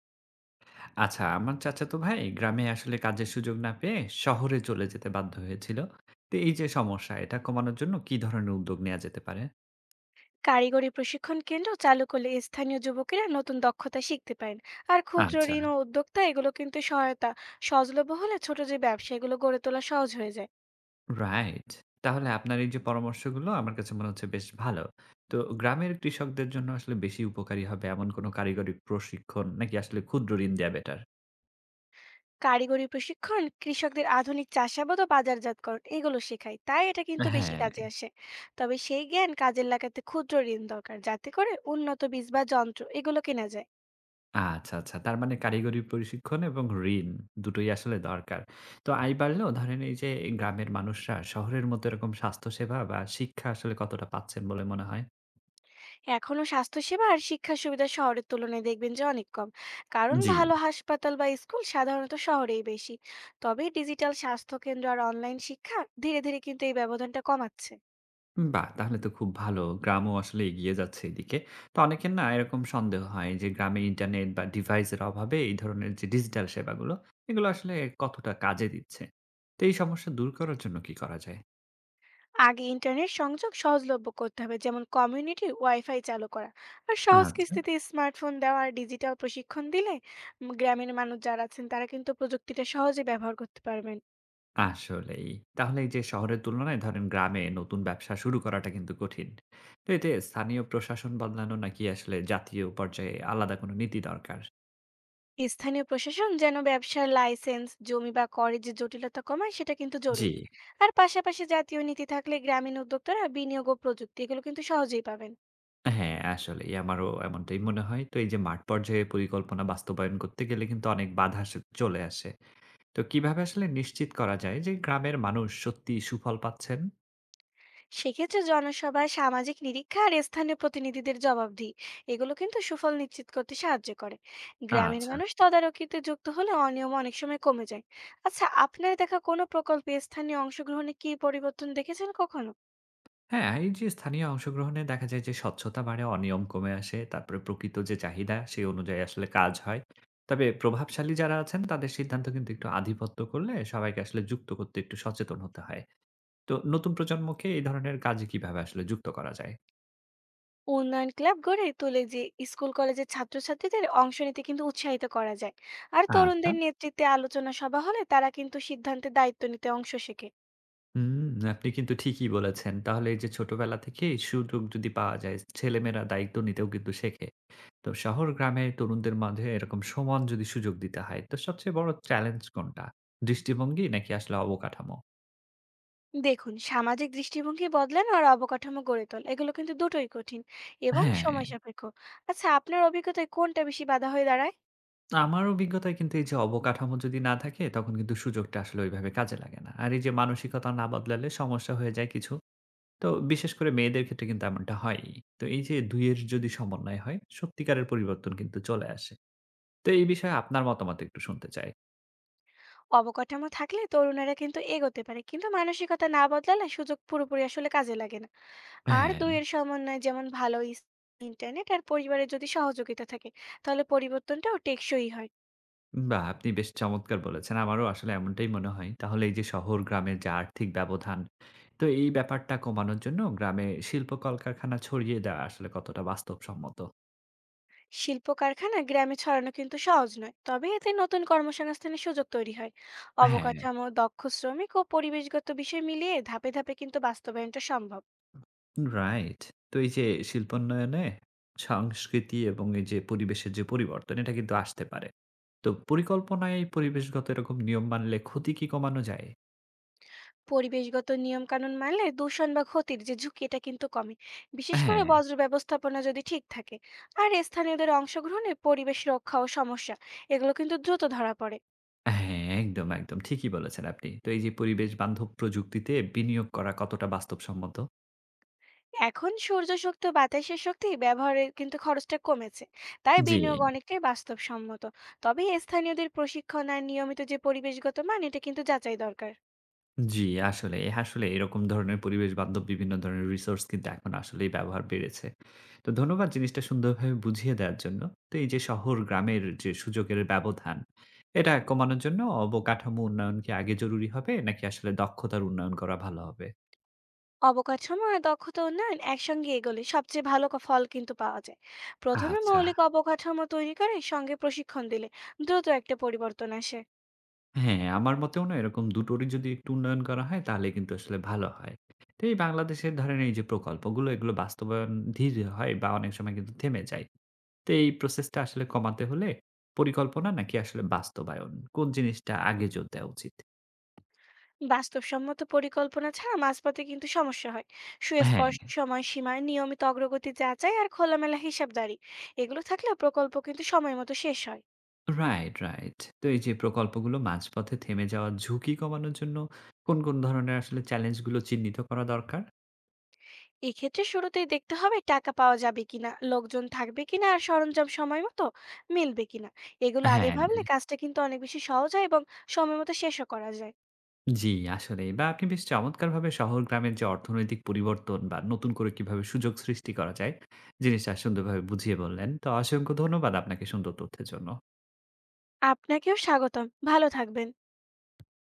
আচ্ছা, আমার চাচাতো ভাই গ্রামে আসলে কাজের সুযোগ না পেয়ে শহরে চলে যেতে বাধ্য হয়েছিল। তো এই যে সমস্যা, এটা কমানোর জন্য কি ধরনের উদ্যোগ নেয়া যেতে পারে? কারিগরি প্রশিক্ষণ কেন্দ্র চালু করলে স্থানীয় যুবকেরা নতুন দক্ষতা শিখতে পারেন। আর ক্ষুদ্র আচ্ছা, ঋণ ও উদ্যোক্তা এগুলো কিন্তু সহায়তা সহজলভ্য হলে ছোট যে ব্যবসা এগুলো গড়ে তোলা সহজ হয়ে যায়। রাইট। তাহলে আপনার এই যে পরামর্শগুলো আমার কাছে মনে হচ্ছে বেশ ভালো। তো গ্রামের কৃষকদের জন্য আসলে বেশি উপকারী হবে এমন কোনো কারিগরি প্রশিক্ষণ নাকি আসলে ক্ষুদ্র ঋণ দেয়া বেটার? কারিগরি প্রশিক্ষণ কৃষকদের আধুনিক চাষাবাদ ও বাজারজাতকরণ এগুলো শেখায়, তাই এটা কিন্তু বেশি হ্যাঁ। কাজে আসে। তবে সেই জ্ঞান কাজে লাগাতে ক্ষুদ্র ঋণ দরকার, যাতে করে উন্নত বীজ বা যন্ত্র এগুলো কেনা যায়। আচ্ছা, আচ্ছা। তার মানে কারিগরি প্রশিক্ষণ এবং ঋণ দুটোই আসলে দরকার। তো আয় বাড়লেও ধরেন এই যে গ্রামের মানুষরা শহরের মতো এরকম স্বাস্থ্যসেবা বা শিক্ষা আসলে কতটা পাচ্ছেন বলে মনে হয়? এখনো স্বাস্থ্যসেবা আর শিক্ষার সুবিধা শহরের তুলনায় দেখবেন যে অনেক কম, কারণ জি। ভালো হাসপাতাল বা স্কুল সাধারণত শহরেই বেশি। তবে ডিজিটাল স্বাস্থ্য কেন্দ্র আর অনলাইন শিক্ষা ধীরে ধীরে কিন্তু এই ব্যবধানটা কমাচ্ছে। বাহ! তাহলে তো খুব ভালো। গ্রামও আসলে এগিয়ে যাচ্ছে এদিকে। তো অনেকের না এরকম সন্দেহ হয় যে গ্রামে ইন্টারনেট বা ডিভাইসের অভাবে এই ধরনের যে ডিজিটাল সেবাগুলো, এগুলো আসলে কতটা কাজে দিচ্ছে। তো এই সমস্যা দূর করার জন্য কি করা যায়? আগে ইন্টারনেট সংযোগ সহজলভ্য করতে হবে, যেমন কমিউনিটি ওয়াইফাই চালু করা আর সহজ আচ্ছা। কিস্তিতে স্মার্টফোন দেওয়া আর ডিজিটাল প্রশিক্ষণ দিলে গ্রামের মানুষ যারা আছেন তারা কিন্তু প্রযুক্তিটা সহজে ব্যবহার করতে পারবেন। আসলেই। তাহলে এই যে শহরের তুলনায় ধরেন গ্রামে নতুন ব্যবসা শুরু করাটা কিন্তু কঠিন। তো এতে স্থানীয় প্রশাসন বদলানো নাকি আসলে জাতীয় পর্যায়ে আলাদা কোনো নীতি দরকার? স্থানীয় প্রশাসন যেন ব্যবসার লাইসেন্স, জমি বা করের যে জটিলতা কমায়, সেটা কিন্তু জি। জরুরি। আর পাশাপাশি জাতীয় নীতি থাকলে গ্রামীণ উদ্যোক্তারা বিনিয়োগ ও প্রযুক্তি এগুলো কিন্তু সহজেই পাবেন। হ্যাঁ, আসলেই আমারও এমনটাই মনে হয়। তো এই যে মাঠ পর্যায়ে পরিকল্পনা বাস্তবায়ন করতে গেলে কিন্তু অনেক বাধা আসে চলে আসে। তো কিভাবে আসলে নিশ্চিত করা যায় যে গ্রামের মানুষ সত্যিই সুফল পাচ্ছেন? সেক্ষেত্রে জনসভা, সামাজিক নিরীক্ষা আর স্থানীয় প্রতিনিধিদের জবাবদিহি এগুলো কিন্তু সুফল নিশ্চিত করতে সাহায্য করে। গ্রামের আচ্ছা। মানুষ তদারকিতে যুক্ত হলে অনিয়ম অনেক সময় কমে যায়। আচ্ছা, আপনার দেখা কোনো প্রকল্পে স্থানীয় অংশগ্রহণে কি পরিবর্তন দেখেছেন কখনো? হ্যাঁ, এই যে স্থানীয় অংশগ্রহণে দেখা যায় যে স্বচ্ছতা বাড়ে, অনিয়ম কমে আসে। তারপরে প্রকৃত যে চাহিদা সেই অনুযায়ী আসলে কাজ হয়। তবে প্রভাবশালী যারা আছেন তাদের সিদ্ধান্ত কিন্তু একটু আধিপত্য করলে সবাইকে আসলে যুক্ত করতে একটু সচেতন হতে হয়। তো নতুন প্রজন্মকে এই ধরনের কাজে কিভাবে আসলে যুক্ত করা যায়? উন্নয়ন ক্লাব গড়ে তুলে যে স্কুল কলেজের ছাত্রছাত্রীদের অংশ নিতে কিন্তু উৎসাহিত করা যায়। আর আচ্ছা। তরুণদের নেতৃত্বে আলোচনা সভা হলে তারা কিন্তু সিদ্ধান্তে দায়িত্ব নিতে অংশ শেখে। হুম, আপনি কিন্তু ঠিকই বলেছেন। তাহলে এই যে ছোটবেলা থেকেই সুযোগ যদি পাওয়া যায়, ছেলেমেয়েরা দায়িত্ব নিতেও কিন্তু শেখে। তো শহর গ্রামের তরুণদের মাঝে এরকম সমান যদি সুযোগ দিতে হয় তো সবচেয়ে বড় চ্যালেঞ্জ কোনটা? দৃষ্টিভঙ্গি নাকি আসলে অবকাঠামো? দেখুন, সামাজিক দৃষ্টিভঙ্গি বদলানো আর অবকাঠামো গড়ে তোলা এগুলো কিন্তু দুটোই কঠিন এবং হ্যাঁ, সময় সাপেক্ষ। আচ্ছা, আপনার অভিজ্ঞতায় কোনটা বেশি বাধা হয়ে দাঁড়ায়? আমার অভিজ্ঞতায় কিন্তু এই যে অবকাঠামো যদি না থাকে তখন কিন্তু সুযোগটা আসলে ওইভাবে কাজে লাগে না। আর এই যে মানসিকতা না বদলালে সমস্যা হয়ে যায় কিছু। তো বিশেষ করে মেয়েদের ক্ষেত্রে কিন্তু এমনটা হয়ই। তো এই যে ২ এর যদি সমন্বয় হয় সত্যিকারের পরিবর্তন কিন্তু চলে আসে। তো এই বিষয়ে আপনার মতামত একটু শুনতে চাই। অবকাঠামো থাকলে তরুণেরা কিন্তু এগোতে পারে, কিন্তু মানসিকতা না বদলালে সুযোগ পুরোপুরি আসলে কাজে লাগে না। আর হ্যাঁ। দুইয়ের সমন্বয়ে যেমন ভালো ইন্টারনেট আর পরিবারের যদি সহযোগিতা থাকে, তাহলে পরিবর্তনটাও টেকসই হয়। বাহ! আপনি বেশ চমৎকার বলেছেন। আমারও আসলে এমনটাই মনে হয়। তাহলে এই যে শহর গ্রামের যে আর্থিক ব্যবধান, তো এই ব্যাপারটা কমানোর জন্য গ্রামে শিল্প কলকারখানা ছড়িয়ে দেওয়া আসলে কতটা বাস্তবসম্মত? শিল্প কারখানা গ্রামে ছড়ানো কিন্তু সহজ নয়, তবে এতে নতুন কর্মসংস্থানের সুযোগ তৈরি হয়। হ্যাঁ, অবকাঠামো, দক্ষ শ্রমিক ও পরিবেশগত বিষয় মিলিয়ে ধাপে ধাপে কিন্তু বাস্তবায়নটা সম্ভব। রাইট। তো এই যে শিল্পোন্নয়নে সংস্কৃতি এবং এই যে পরিবেশের যে পরিবর্তন, এটা কিন্তু আসতে পারে। তো পরিকল্পনায় এই পরিবেশগত এরকম নিয়ম মানলে ক্ষতি কি কমানো যায়? পরিবেশগত নিয়ম কানুন মানলে দূষণ বা ক্ষতির যে ঝুঁকি এটা কিন্তু কমে, বিশেষ করে হ্যাঁ, বজ্র ব্যবস্থাপনা যদি ঠিক থাকে। আর স্থানীয়দের অংশগ্রহণে পরিবেশ রক্ষা ও সমস্যা এগুলো কিন্তু দ্রুত ধরা পড়ে। হ্যাঁ, একদম। ঠিকই বলেছেন আপনি। তো এই যে পরিবেশ বান্ধব প্রযুক্তিতে বিনিয়োগ করা কতটা বাস্তবসম্মত? এখন সূর্য শক্তি ও বাতাসের শক্তি ব্যবহারের কিন্তু খরচটা কমেছে, তাই জি, বিনিয়োগ অনেকটাই বাস্তবসম্মত। তবে স্থানীয়দের প্রশিক্ষণ আর নিয়মিত যে পরিবেশগত মান এটা কিন্তু যাচাই দরকার। জি, আসলে, আসলে এরকম ধরনের পরিবেশ বান্ধব বিভিন্ন ধরনের রিসোর্স কিন্তু এখন আসলেই ব্যবহার বেড়েছে। তো ধন্যবাদ জিনিসটা সুন্দরভাবে বুঝিয়ে দেওয়ার জন্য। তো এই যে শহর গ্রামের যে সুযোগের ব্যবধান, এটা কমানোর জন্য অবকাঠামো উন্নয়ন কি আগে জরুরি হবে নাকি আসলে দক্ষতার উন্নয়ন করা ভালো হবে? অবকাঠামো আর দক্ষতা উন্নয়ন একসঙ্গে এগোলে সবচেয়ে ভালো ফল কিন্তু পাওয়া যায়। প্রথমে আচ্ছা। মৌলিক অবকাঠামো তৈরি করে সঙ্গে প্রশিক্ষণ দিলে দ্রুত একটা পরিবর্তন আসে। হ্যাঁ, আমার মতেও না এরকম দুটোরই যদি একটু উন্নয়ন করা হয় তাহলে কিন্তু আসলে ভালো হয়। তো এই বাংলাদেশের ধরেন এই যে প্রকল্পগুলো এগুলো বাস্তবায়ন ধীর হয় বা অনেক সময় কিন্তু থেমে যায়। তো এই প্রসেসটা আসলে কমাতে হলে পরিকল্পনা নাকি আসলে বাস্তবায়ন, কোন জিনিসটা আগে জোর দেওয়া উচিত? বাস্তবসম্মত পরিকল্পনা ছাড়া মাঝপথে কিন্তু সমস্যা হয়। হ্যাঁ। সুস্পষ্ট সময়সীমা, নিয়মিত অগ্রগতি যাচাই আর খোলামেলা হিসাবদারি এগুলো থাকলে প্রকল্প কিন্তু সময় মতো শেষ হয়। Right, right. তো এই যে প্রকল্পগুলো মাঝপথে থেমে যাওয়ার ঝুঁকি কমানোর জন্য কোন ধরনের আসলে চ্যালেঞ্জগুলো চিহ্নিত করা দরকার? এক্ষেত্রে শুরুতেই দেখতে হবে টাকা পাওয়া যাবে কিনা, লোকজন থাকবে কিনা আর সরঞ্জাম সময় মতো মিলবে কিনা। এগুলো আগে হ্যাঁ। ভাবলে কাজটা কিন্তু অনেক বেশি সহজ হয় এবং সময় মতো শেষও করা যায়। জি, আসলেই বা আপনি বেশ চমৎকারভাবে শহর-গ্রামের যে অর্থনৈতিক পরিবর্তন বা নতুন করে কিভাবে সুযোগ সৃষ্টি করা যায়, জিনিসটা সুন্দরভাবে বুঝিয়ে বললেন। তো অসংখ্য ধন্যবাদ আপনাকে সুন্দর তথ্যের জন্য। আপনাকেও স্বাগতম, ভালো থাকবেন।